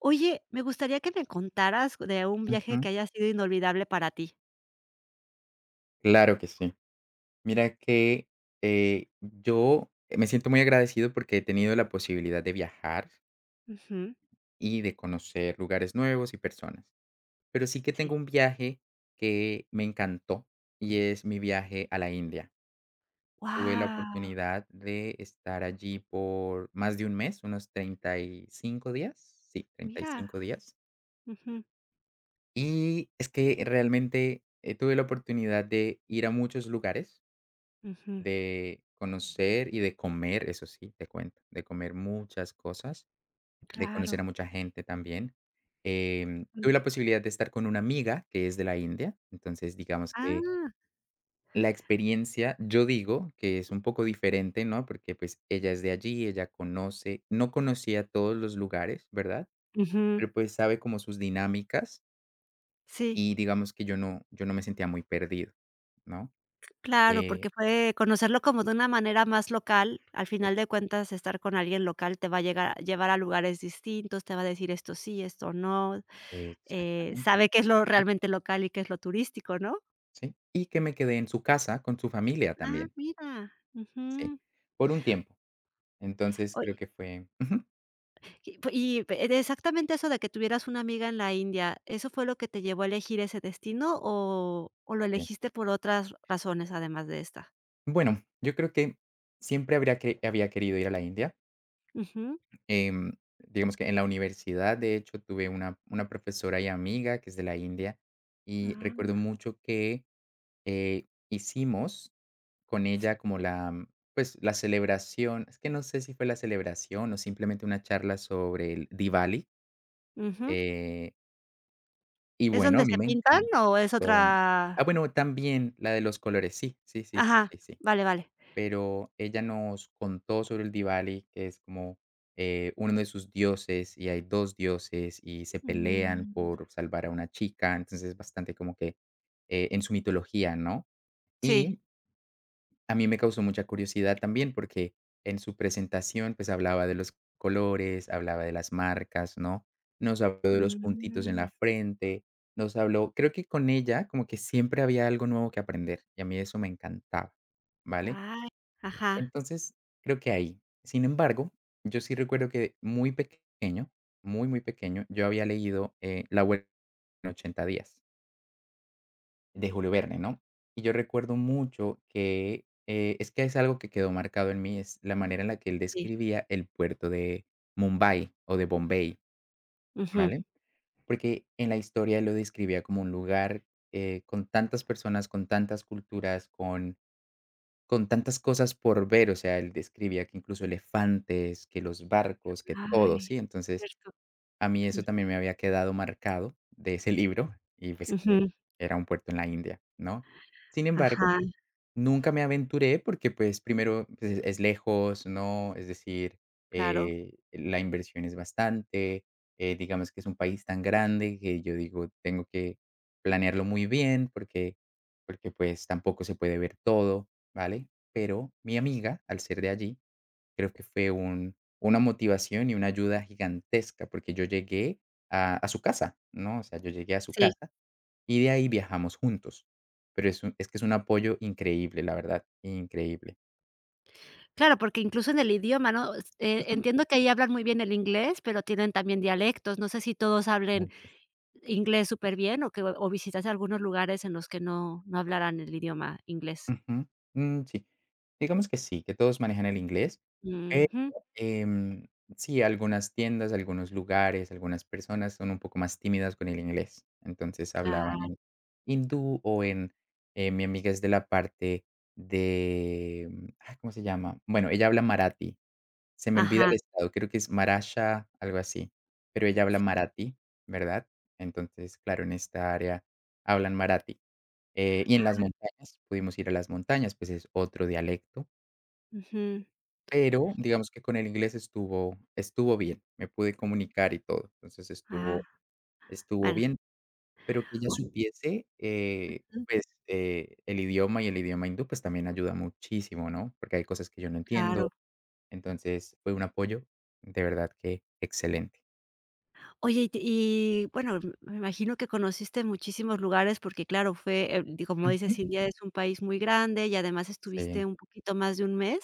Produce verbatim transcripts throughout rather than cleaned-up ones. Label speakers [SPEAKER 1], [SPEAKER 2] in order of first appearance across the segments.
[SPEAKER 1] Oye, me gustaría que me contaras de un viaje que
[SPEAKER 2] Ujú,
[SPEAKER 1] haya sido inolvidable para ti.
[SPEAKER 2] claro que sí. Mira que, eh, yo eh, me siento muy agradecido porque he tenido la posibilidad de viajar
[SPEAKER 1] Ujú,
[SPEAKER 2] y de conocer lugares nuevos y personas. Pero sí que
[SPEAKER 1] sí.
[SPEAKER 2] tengo un viaje que me encantó, y es mi viaje a la India. Tuve la
[SPEAKER 1] Guau,
[SPEAKER 2] oportunidad de estar allí por más de un mes, unos treinta y cinco días. Sí, treinta y
[SPEAKER 1] mira.
[SPEAKER 2] cinco días.
[SPEAKER 1] Ujú,
[SPEAKER 2] Y es que realmente, eh, tuve la oportunidad de ir a muchos lugares,
[SPEAKER 1] ujú,
[SPEAKER 2] de conocer y de comer, eso sí, te cuento, de comer muchas cosas, de conocer a
[SPEAKER 1] claro.
[SPEAKER 2] mucha gente también. Em,
[SPEAKER 1] Mm.
[SPEAKER 2] tuve la posibilidad de estar con una amiga que es de la India, entonces digamos que
[SPEAKER 1] Ah,
[SPEAKER 2] la experiencia, yo digo que es un poco diferente, ¿no? Porque pues ella es de allí, ella conoce, no conocía todos los lugares, ¿verdad?
[SPEAKER 1] ujú,
[SPEAKER 2] Pero pues sabe como sus dinámicas
[SPEAKER 1] sí,
[SPEAKER 2] y digamos que yo no, yo no me sentía muy perdido, ¿no?
[SPEAKER 1] claro,
[SPEAKER 2] Eh,
[SPEAKER 1] porque fue conocerlo como de una manera más local. Al final de cuentas, estar con alguien local te va a llegar llevar a lugares distintos, te va a decir esto sí, esto no,
[SPEAKER 2] e-
[SPEAKER 1] eh,
[SPEAKER 2] exactamente.
[SPEAKER 1] sabe qué es lo realmente local y qué es lo turístico, ¿no?
[SPEAKER 2] Sí, y que me quedé en su casa con su familia
[SPEAKER 1] Ah,
[SPEAKER 2] también,
[SPEAKER 1] mira.
[SPEAKER 2] sí,
[SPEAKER 1] Ujú.
[SPEAKER 2] por un tiempo. Entonces, creo que fue ujú,
[SPEAKER 1] Y pu y e exactamente eso de que tuvieras una amiga en la India, ¿eso fue lo que te llevó a elegir ese destino o o lo
[SPEAKER 2] sí.
[SPEAKER 1] elegiste por otras razones además de esta?
[SPEAKER 2] Bueno, yo creo que siempre habría que había querido ir a la India.
[SPEAKER 1] Ujú.
[SPEAKER 2] em, digamos que en la universidad, de hecho, tuve una una profesora y amiga que es de la India, y recuerdo
[SPEAKER 1] Ah,
[SPEAKER 2] mucho que, eh, hicimos con
[SPEAKER 1] sí.
[SPEAKER 2] ella como la, mm, pues, la celebración, es que no sé si fue la celebración o simplemente una charla sobre el Diwali.
[SPEAKER 1] Ujú.
[SPEAKER 2] eh Y
[SPEAKER 1] ¿Es
[SPEAKER 2] bueno,
[SPEAKER 1] donde
[SPEAKER 2] a mí
[SPEAKER 1] se
[SPEAKER 2] me
[SPEAKER 1] pintan
[SPEAKER 2] encantó.
[SPEAKER 1] o es
[SPEAKER 2] Ah,
[SPEAKER 1] otra?
[SPEAKER 2] bueno, también la de los colores, sí, sí, sí, sí,
[SPEAKER 1] Ajá,
[SPEAKER 2] sí, sí.
[SPEAKER 1] vale, vale.
[SPEAKER 2] Pero ella nos contó sobre el Diwali, que es como eh, uno de sus dioses, y hay dos dioses, y se pelean
[SPEAKER 1] Mm,
[SPEAKER 2] por salvar a una chica, entonces es bastante como que, eh, en su mitología, ¿no?
[SPEAKER 1] sí.
[SPEAKER 2] Y a mí me causó mucha curiosidad también, porque en su presentación, pues, hablaba de los colores, hablaba de las marcas, ¿no? Nos habló de los puntitos en
[SPEAKER 1] Mm,
[SPEAKER 2] la frente, nos habló creo que con ella como que siempre había algo nuevo que aprender, y a mí eso me encantaba, ¿vale?
[SPEAKER 1] ay, ajá,
[SPEAKER 2] Entonces, creo que ahí. Sin embargo, yo sí recuerdo que muy pequeño, muy, muy pequeño, yo había leído, eh, La vuelta en ochenta días. De Julio Verne, ¿no? Y yo recuerdo mucho que, eh, es que es algo que quedó marcado en mí, es la manera en la que él
[SPEAKER 1] sí.
[SPEAKER 2] describía el puerto de Mumbai o de Bombay,
[SPEAKER 1] Ujú.
[SPEAKER 2] ¿vale? Porque en la historia él lo describía como un lugar, eh, con tantas personas, con tantas culturas, con con tantas cosas por ver, o sea, él describía que incluso elefantes, que los barcos, que todo,
[SPEAKER 1] Ay,
[SPEAKER 2] ¿sí? Entonces,
[SPEAKER 1] cierto.
[SPEAKER 2] a mí eso
[SPEAKER 1] Mm,
[SPEAKER 2] también me había quedado marcado de ese libro y, pues, que
[SPEAKER 1] ujú.
[SPEAKER 2] era un puerto en la India, ¿no? Sin embargo,
[SPEAKER 1] Ajá,
[SPEAKER 2] nunca me aventuré porque, pues, primero, pues, es lejos, ¿no? Es decir,
[SPEAKER 1] claro.
[SPEAKER 2] eh, la inversión es bastante. Eh, digamos que es un país tan grande que yo digo, tengo que planearlo muy bien porque porque, pues, tampoco se puede ver todo, ¿vale? Pero mi amiga, al ser de allí, creo que fue un una motivación y una ayuda gigantesca, porque yo llegué a a su casa, ¿no? O sea, yo llegué a su
[SPEAKER 1] Sí.
[SPEAKER 2] casa y de ahí viajamos juntos. Pero es un es que es un apoyo increíble, la verdad, increíble.
[SPEAKER 1] Claro, porque incluso en el idioma, ¿no? S eh,
[SPEAKER 2] Ujú.
[SPEAKER 1] entiendo que ahí hablan muy bien el inglés, pero tienen también dialectos. No sé si todos hablen
[SPEAKER 2] Muchos.
[SPEAKER 1] inglés súper bien o que o visitas algunos lugares en los que no no hablaran el idioma inglés.
[SPEAKER 2] Ujú. Mm, sí. Digamos que sí, que todos manejan el inglés, pero,
[SPEAKER 1] Ujú,
[SPEAKER 2] em, sí, algunas tiendas, algunos lugares, algunas personas son un poco más tímidas con el inglés. Entonces
[SPEAKER 1] cla
[SPEAKER 2] hablaban en hindú o en, eh, mi amiga es de la parte de, mm, ay, ¿cómo se llama? Bueno, ella habla marathi. Se me olvida
[SPEAKER 1] ajá,
[SPEAKER 2] el estado, creo que es Maharashtra, algo así, pero ella habla maratí, ¿verdad? Entonces, claro, en esta área hablan maratí. Eh, y en las montañas, pudimos ir a las montañas, pues es otro dialecto,
[SPEAKER 1] ujú,
[SPEAKER 2] pero digamos que con el inglés estuvo estuvo bien, me pude comunicar y todo, entonces estuvo
[SPEAKER 1] ah,
[SPEAKER 2] estuvo
[SPEAKER 1] bueno,
[SPEAKER 2] bien, pero que ella supiese, eh,
[SPEAKER 1] ujú,
[SPEAKER 2] pues, eh, el idioma y el idioma hindú, pues también ayuda muchísimo, ¿no? Porque hay cosas que yo no entiendo,
[SPEAKER 1] claro.
[SPEAKER 2] entonces fue un apoyo de verdad que excelente.
[SPEAKER 1] Oye, y te y bueno, m- me imagino que conociste muchísimos lugares porque, claro, fue, eh, di como
[SPEAKER 2] Ujú.
[SPEAKER 1] dices, India es un país muy grande y además estuviste
[SPEAKER 2] Sí,
[SPEAKER 1] un poquito más de un mes,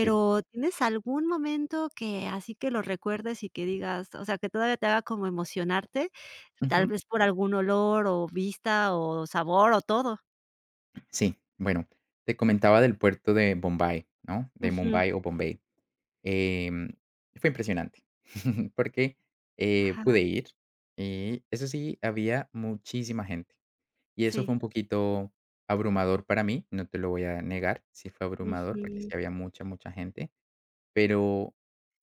[SPEAKER 2] sí.
[SPEAKER 1] ¿tienes algún momento que así que lo recuerdes y que digas, o sea, que todavía te haga como emocionarte, tal
[SPEAKER 2] Ujú.
[SPEAKER 1] vez por algún olor o vista o sabor o todo?
[SPEAKER 2] Sí, bueno, te comentaba del puerto de Bombay, ¿no? De
[SPEAKER 1] Ujú.
[SPEAKER 2] Mumbai o Bombay. Em, Fue impresionante, porque, eh,
[SPEAKER 1] Ajá,
[SPEAKER 2] pude ir y, eso sí, había muchísima gente, y eso fue
[SPEAKER 1] sí.
[SPEAKER 2] un poquito abrumador para mí, no te lo voy a negar, sí fue abrumador, porque sí
[SPEAKER 1] Ujú.
[SPEAKER 2] había mucha, mucha gente. Pero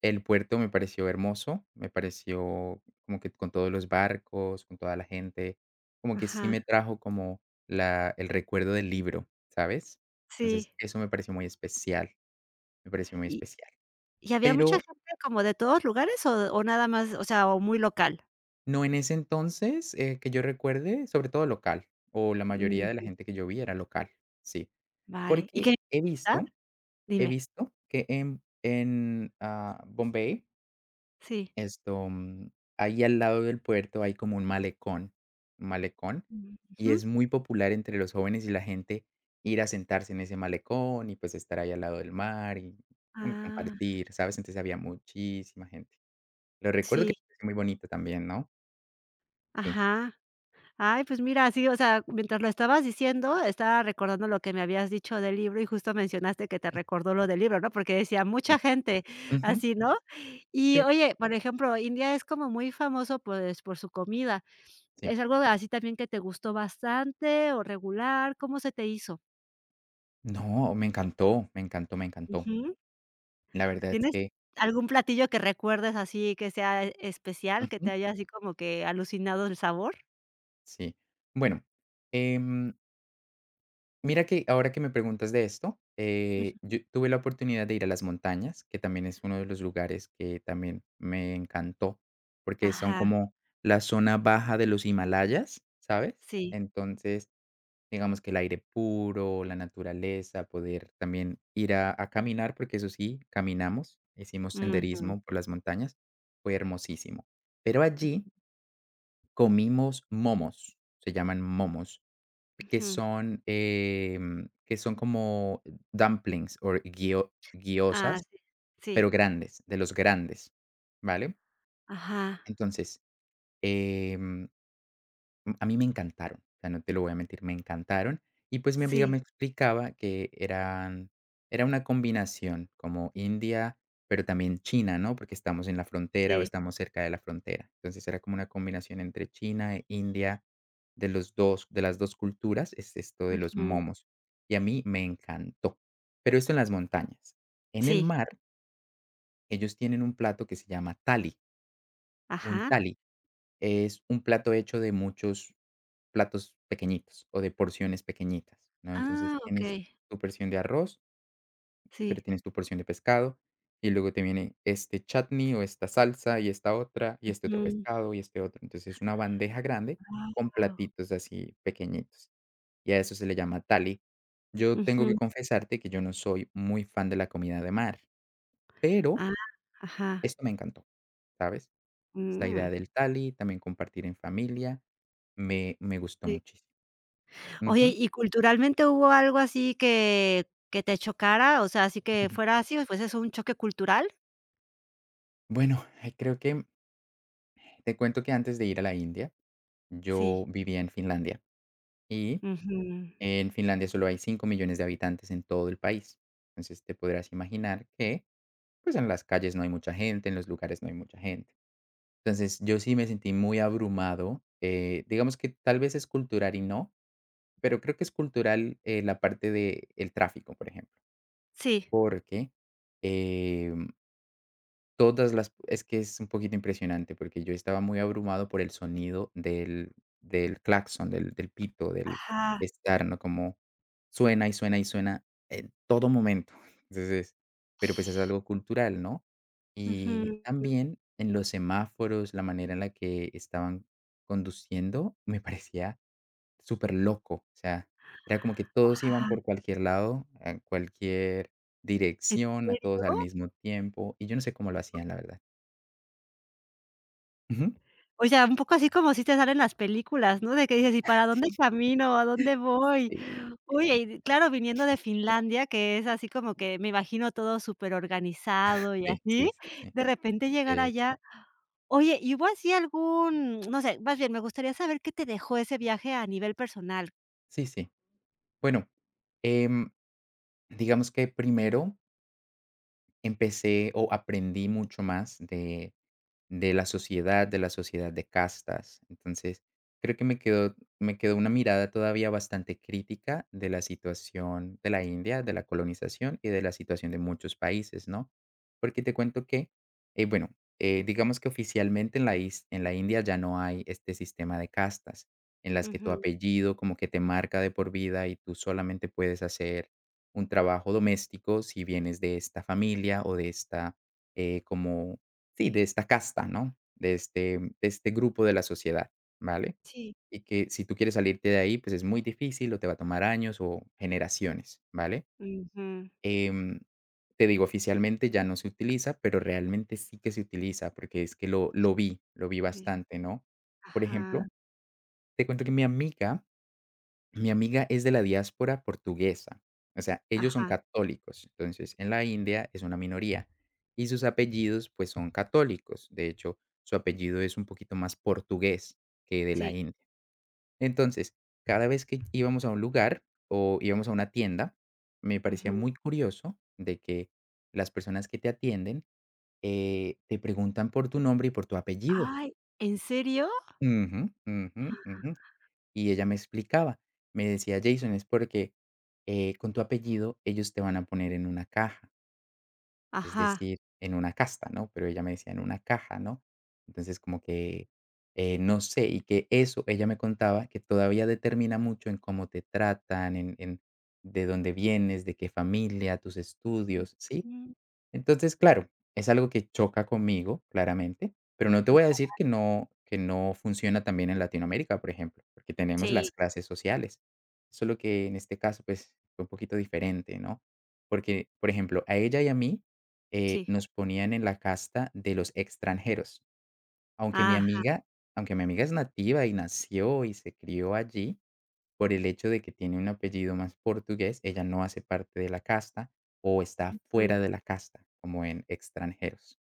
[SPEAKER 2] el puerto me pareció hermoso, me pareció como que con todos los barcos, con toda la gente, como que sí
[SPEAKER 1] Ajá,
[SPEAKER 2] me trajo como la el recuerdo del libro, ¿sabes? Entonces,
[SPEAKER 1] sí.
[SPEAKER 2] eso me pareció muy especial, me pareció muy
[SPEAKER 1] ¿Y
[SPEAKER 2] especial.
[SPEAKER 1] y había mucha
[SPEAKER 2] Pero
[SPEAKER 1] gente como de todos lugares o o nada más, o sea, o muy local?
[SPEAKER 2] no en ese entonces, eh, que yo recuerde, sobre todo local, o la mayoría de la
[SPEAKER 1] Mm.
[SPEAKER 2] gente que yo vi era local, sí.
[SPEAKER 1] Vale, ¿y
[SPEAKER 2] Porque
[SPEAKER 1] qué?
[SPEAKER 2] he
[SPEAKER 1] ¿Ah?
[SPEAKER 2] visto he
[SPEAKER 1] Dime,
[SPEAKER 2] visto que en en, ah, Bombay.
[SPEAKER 1] sí.
[SPEAKER 2] Esto, mm, ahí al lado del puerto hay como un malecón, un malecón, y
[SPEAKER 1] Ujú.
[SPEAKER 2] es muy popular entre los jóvenes y la gente ir a sentarse en ese malecón y pues estar ahí al lado del mar y como
[SPEAKER 1] Ah,
[SPEAKER 2] compartir, ¿sabes? Entonces había muchísima gente. Lo recuerdo que
[SPEAKER 1] sí,
[SPEAKER 2] es muy bonito también, ¿no? Sí,
[SPEAKER 1] ajá. Ay, pues mira, sí, o sea, mientras lo estabas diciendo, estaba recordando lo que me habías dicho del libro y justo mencionaste que te recordó lo del libro, ¿no? Porque decía
[SPEAKER 2] sí.
[SPEAKER 1] mucha gente
[SPEAKER 2] Ujú,
[SPEAKER 1] así, ¿no? Y
[SPEAKER 2] sí,
[SPEAKER 1] oye, por ejemplo, India es como muy famoso, pues, por su comida.
[SPEAKER 2] sí.
[SPEAKER 1] ¿Es algo así también que te gustó bastante o regular? ¿Cómo se te hizo?
[SPEAKER 2] No, me encantó, me encantó, me encantó.
[SPEAKER 1] Ujú.
[SPEAKER 2] La verdad es
[SPEAKER 1] ¿Tienes
[SPEAKER 2] que
[SPEAKER 1] algún platillo que recuerdes así que sea e-, especial, que te
[SPEAKER 2] ujú,
[SPEAKER 1] haya así como que alucinado el sabor?
[SPEAKER 2] sí. Bueno, em mira que ahora que me preguntas de esto,
[SPEAKER 1] Ujú.
[SPEAKER 2] eh, yo tuve la oportunidad de ir a las montañas, que también es uno de los lugares que también me encantó, porque son
[SPEAKER 1] Ajá,
[SPEAKER 2] como la zona baja de los Himalayas, ¿sabes?
[SPEAKER 1] sí.
[SPEAKER 2] Entonces, digamos que el aire puro, la naturaleza, poder también ir a, a caminar, porque eso sí, caminamos, hicimos
[SPEAKER 1] Ujú.
[SPEAKER 2] senderismo por las montañas, fue hermosísimo. Pero allí comimos momos, se llaman momos que
[SPEAKER 1] Ujú.
[SPEAKER 2] son, em, que son como dumplings o guio
[SPEAKER 1] Ah,
[SPEAKER 2] guiosas
[SPEAKER 1] sí.
[SPEAKER 2] pero
[SPEAKER 1] Sí.
[SPEAKER 2] grandes, de los grandes, ¿vale?
[SPEAKER 1] Ajá.
[SPEAKER 2] Entonces, em Mm, a mí me encantaron, o sea, no te lo voy a mentir, me encantaron. Y, pues, mi amiga
[SPEAKER 1] Sí,
[SPEAKER 2] me explicaba que eran era una combinación como India, pero también China, ¿no? Porque estamos en la frontera o
[SPEAKER 1] sí.
[SPEAKER 2] estamos cerca de la frontera. Entonces, era como una combinación entre China e India, de los dos de las dos culturas, es esto de los
[SPEAKER 1] Ujú.
[SPEAKER 2] momos. Y a mí me encantó, pero esto en las montañas. En el
[SPEAKER 1] Sí.
[SPEAKER 2] mar, ellos tienen un plato que se llama tali, un
[SPEAKER 1] Ajá.
[SPEAKER 2] tali es un plato hecho de muchos platos pequeñitos o de porciones pequeñitas, ¿no? Entonces,
[SPEAKER 1] Ah,
[SPEAKER 2] tienes
[SPEAKER 1] okey.
[SPEAKER 2] tu porción de arroz, pero
[SPEAKER 1] Sí.
[SPEAKER 2] tienes tu porción de pescado, y luego te viene este chutney o esta salsa y esta otra, y este otro
[SPEAKER 1] Ujú.
[SPEAKER 2] pescado y este otro. Entonces, es una bandeja grande con
[SPEAKER 1] Guau.
[SPEAKER 2] platitos así pequeñitos, y a eso se le llama tali. Yo tengo
[SPEAKER 1] Ujú.
[SPEAKER 2] que confesarte que yo no soy muy fan de la comida de mar, pero
[SPEAKER 1] Ah, ajá.
[SPEAKER 2] esto me encantó, ¿sabes? Esta
[SPEAKER 1] Mm,
[SPEAKER 2] idea del tali, también compartir en familia, me me gustó
[SPEAKER 1] sí.
[SPEAKER 2] muchísimo.
[SPEAKER 1] Oye,
[SPEAKER 2] Ujú.
[SPEAKER 1] ¿y culturalmente hubo algo así que que te chocara? O sea, así que fuera así, ¿fuese un choque cultural?
[SPEAKER 2] Bueno, eh, creo que te cuento que antes de ir a la India, yo
[SPEAKER 1] Sí.
[SPEAKER 2] vivía en Finlandia y
[SPEAKER 1] Ujú.
[SPEAKER 2] en Finlandia solo hay cinco millones de habitantes en todo el país. Entonces te podrás imaginar que, pues en las calles no hay mucha gente, en los lugares no hay mucha gente. Entonces yo sí me sentí muy abrumado. Eh, digamos que tal vez es cultural y no, pero creo que es cultural. Eh, la parte del tráfico, por ejemplo,
[SPEAKER 1] Sí.
[SPEAKER 2] porque em, todas las es que es un poquito impresionante, porque yo estaba muy abrumado por el sonido del del claxon, del del pito, del
[SPEAKER 1] Ajá.
[SPEAKER 2] estar no como suena, y suena, y suena en todo momento. Entonces, pero, pues, es algo cultural, ¿no? Y
[SPEAKER 1] Ujú.
[SPEAKER 2] también en los semáforos, la manera en la que estaban conduciendo me parecía súper loco, o sea, era como que todos iban
[SPEAKER 1] Ajá.
[SPEAKER 2] por cualquier lado, a cualquier
[SPEAKER 1] ¿En
[SPEAKER 2] dirección, a todos
[SPEAKER 1] serio?
[SPEAKER 2] al mismo tiempo, y yo no sé cómo lo hacían, la verdad. Ujú.
[SPEAKER 1] O sea, un poco así como sí te salen las películas, ¿no? De que dices: "¿Y para dónde camino? ¿A dónde voy?".
[SPEAKER 2] Sí.
[SPEAKER 1] Oye,
[SPEAKER 2] Sí,
[SPEAKER 1] y claro, viniendo de Finlandia, que es así como que me imagino todo superorganizado y
[SPEAKER 2] sí,
[SPEAKER 1] así,
[SPEAKER 2] sí, sí, sí, sí,
[SPEAKER 1] de repente llegar allá.
[SPEAKER 2] exacto.
[SPEAKER 1] Oye, ¿y hubo así algún, no sé, más bien me gustaría saber qué te dejó ese viaje a nivel personal?
[SPEAKER 2] Sí, sí. Bueno, em, digamos que primero empecé o aprendí mucho más de de la sociedad, de la sociedad de castas. Entonces, creo que me quedó me quedó una mirada todavía bastante crítica de la situación de la India, de la colonización y de la situación de muchos países, ¿no? Porque te cuento que, eh, bueno, eh, digamos que oficialmente en la is en la India ya no hay este sistema de castas, en las que tu
[SPEAKER 1] Ujú.
[SPEAKER 2] apellido como que te marca de por vida y tú solamente puedes hacer un trabajo doméstico si vienes de esta familia o de esta, eh, como sí, de esta casta, ¿no? De este mm, de este grupo de la sociedad, ¿vale?
[SPEAKER 1] Sí.
[SPEAKER 2] Y que si tú quieres salirte de ahí, pues, es muy difícil, o te va a tomar años o generaciones, ¿vale?
[SPEAKER 1] Ujú.
[SPEAKER 2] Em, te digo, oficialmente ya no se utiliza, pero realmente sí que se utiliza, porque es que lo lo vi, lo vi
[SPEAKER 1] Tris
[SPEAKER 2] bastante, ¿no? Por
[SPEAKER 1] ajá,
[SPEAKER 2] ejemplo, te cuento que mi amiga mi amiga es de la diáspora portuguesa, o sea, ellos son
[SPEAKER 1] ajá.
[SPEAKER 2] católicos, entonces en la India es una minoría y sus apellidos, pues, son católicos. De hecho, su apellido es un poquito más portugués que de la
[SPEAKER 1] Sí.
[SPEAKER 2] India. Entonces, cada vez que íbamos a un lugar o íbamos a una tienda, me parecía
[SPEAKER 1] Ujú.
[SPEAKER 2] muy curioso de que las personas que te atienden, eh, te preguntan por tu nombre y por tu apellido.
[SPEAKER 1] Ay, ¿en serio?
[SPEAKER 2] Ujú, ujú, ujú. Y ella me explicaba, me decía: "Jason, es porque, eh, con tu apellido ellos te van a poner en una caja, es
[SPEAKER 1] Ajá.
[SPEAKER 2] decir, en una casta", ¿no? Pero ella me decía: "En una caja", ¿no? Entonces, como que, eh, no sé, y que eso, ella me contaba que todavía determina mucho en cómo te tratan, en en de dónde vienes, de qué familia, tus estudios, ¿sí?
[SPEAKER 1] Ujú.
[SPEAKER 2] Entonces, claro, es algo que choca conmigo, claramente, pero no te voy a
[SPEAKER 1] Total.
[SPEAKER 2] decir que no que no funciona también en Latinoamérica, por ejemplo, porque tenemos las
[SPEAKER 1] Sí,
[SPEAKER 2] clases sociales. Solo que en este caso, pues, fue un poquito diferente, ¿no? Porque, por ejemplo, a ella y a mí, eh,
[SPEAKER 1] sí.
[SPEAKER 2] nos ponían en la casta de los extranjeros, aunque mi
[SPEAKER 1] Ajá.
[SPEAKER 2] amiga aunque mi amiga es nativa y nació y se crió allí. Por el hecho de que tiene un apellido más portugués, ella no hace parte de la casta o está fuera
[SPEAKER 1] Mm.
[SPEAKER 2] de la casta, como en extranjeros,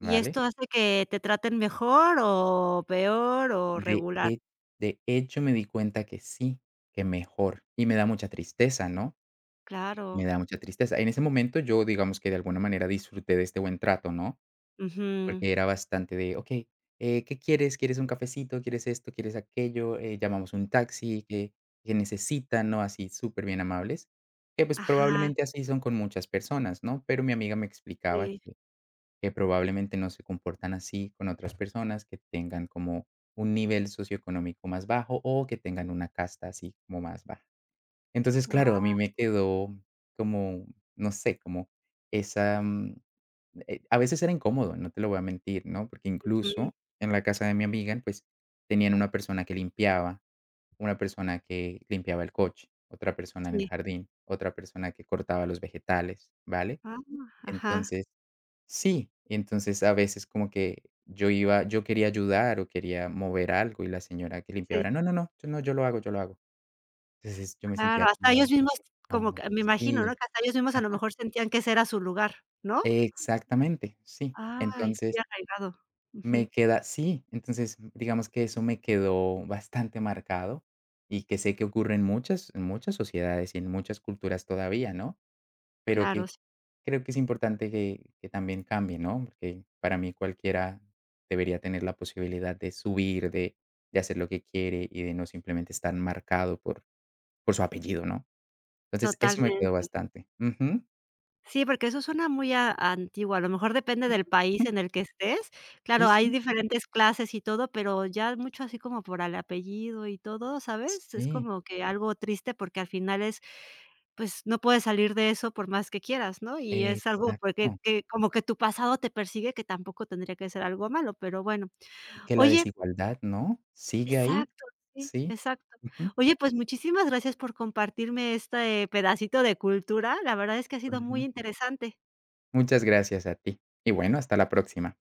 [SPEAKER 1] ¿Y
[SPEAKER 2] ¿vale?
[SPEAKER 1] esto hace que te traten mejor o peor o
[SPEAKER 2] De,
[SPEAKER 1] regular?
[SPEAKER 2] he- de hecho, me di cuenta que sí, que mejor. Y me da mucha tristeza, ¿no? Me
[SPEAKER 1] Claro.
[SPEAKER 2] da mucha tristeza. En ese momento yo, digamos que de alguna manera disfruté de este buen trato, ¿no?
[SPEAKER 1] Ujú.
[SPEAKER 2] Porque era bastante de: "Okey, eh, ¿qué quieres? ¿Quieres un cafecito? ¿Quieres esto? ¿Quieres aquello? Eh, llamamos un taxi, que que necesitan?", ¿no? Así súper bien amables, que, pues,
[SPEAKER 1] Ajá,
[SPEAKER 2] probablemente así son con muchas personas, ¿no? Pero mi amiga me explicaba
[SPEAKER 1] sí.
[SPEAKER 2] que que probablemente no se comportan así con otras personas que tengan como un nivel socioeconómico más bajo o que tengan una casta así como más baja. Entonces, claro, a
[SPEAKER 1] Guau,
[SPEAKER 2] mí me quedó como, no sé, como esa mm, eh, a veces era incómodo, no te lo voy a mentir, ¿no? Porque
[SPEAKER 1] ujú,
[SPEAKER 2] incluso en la casa de mi amiga, pues tenían una persona que limpiaba, una persona que limpiaba el coche, otra persona en el
[SPEAKER 1] sí.
[SPEAKER 2] jardín, otra persona que cortaba los vegetales, ¿vale?
[SPEAKER 1] Ah, ajá,
[SPEAKER 2] Entonces, sí, y entonces a veces como que yo iba, yo quería ayudar o quería mover algo y la señora que limpiaba
[SPEAKER 1] sí,
[SPEAKER 2] era, no, no, no, yo no, yo lo hago, yo lo hago. Entonces yo me
[SPEAKER 1] claro,
[SPEAKER 2] sentía
[SPEAKER 1] hasta ellos
[SPEAKER 2] como,
[SPEAKER 1] mismos como
[SPEAKER 2] como,
[SPEAKER 1] que me imagino, ¿no?,
[SPEAKER 2] sí,
[SPEAKER 1] que hasta ellos mismos a lo mejor sentían que ese era su lugar, ¿no?
[SPEAKER 2] exactamente, sí.
[SPEAKER 1] Ay, muy
[SPEAKER 2] Entonces,
[SPEAKER 1] arraigado. Ujú.
[SPEAKER 2] me queda sí, entonces, digamos que eso me quedó bastante marcado y que sé que ocurre en muchas en muchas sociedades y en muchas culturas todavía, ¿no? Pero
[SPEAKER 1] Claro,
[SPEAKER 2] que
[SPEAKER 1] sí,
[SPEAKER 2] creo que es importante que que también cambie, ¿no? Porque para mí cualquiera debería tener la posibilidad de subir, de de hacer lo que quiere y de no simplemente estar marcado por por su apellido, ¿no? Entonces, eso me quedó
[SPEAKER 1] totalmente.
[SPEAKER 2] bastante. Ujú,
[SPEAKER 1] Sí, porque eso suena muy a antiguo, a lo mejor depende del
[SPEAKER 2] ujú.
[SPEAKER 1] país en el que estés. Claro,
[SPEAKER 2] Sí,
[SPEAKER 1] hay
[SPEAKER 2] sí.
[SPEAKER 1] diferentes clases y todo, pero ya mucho así como por el apellido y todo, ¿sabes? Es
[SPEAKER 2] Sí,
[SPEAKER 1] como que algo triste porque al final es, pues, no puedes salir de eso por más que quieras, ¿no? Y es algo porque
[SPEAKER 2] exacto.
[SPEAKER 1] que como que tu pasado te persigue, que tampoco tendría que ser algo malo, pero bueno.
[SPEAKER 2] Que la
[SPEAKER 1] Oye
[SPEAKER 2] desigualdad, ¿no?, sigue ahí.
[SPEAKER 1] exacto, sí,
[SPEAKER 2] Sí.
[SPEAKER 1] exacto.
[SPEAKER 2] Ujú,
[SPEAKER 1] Oye, pues, muchísimas gracias por compartirme este pedacito de cultura. La verdad es que ha sido muy
[SPEAKER 2] ujú.
[SPEAKER 1] interesante.
[SPEAKER 2] Muchas gracias a ti. Y bueno, hasta la próxima.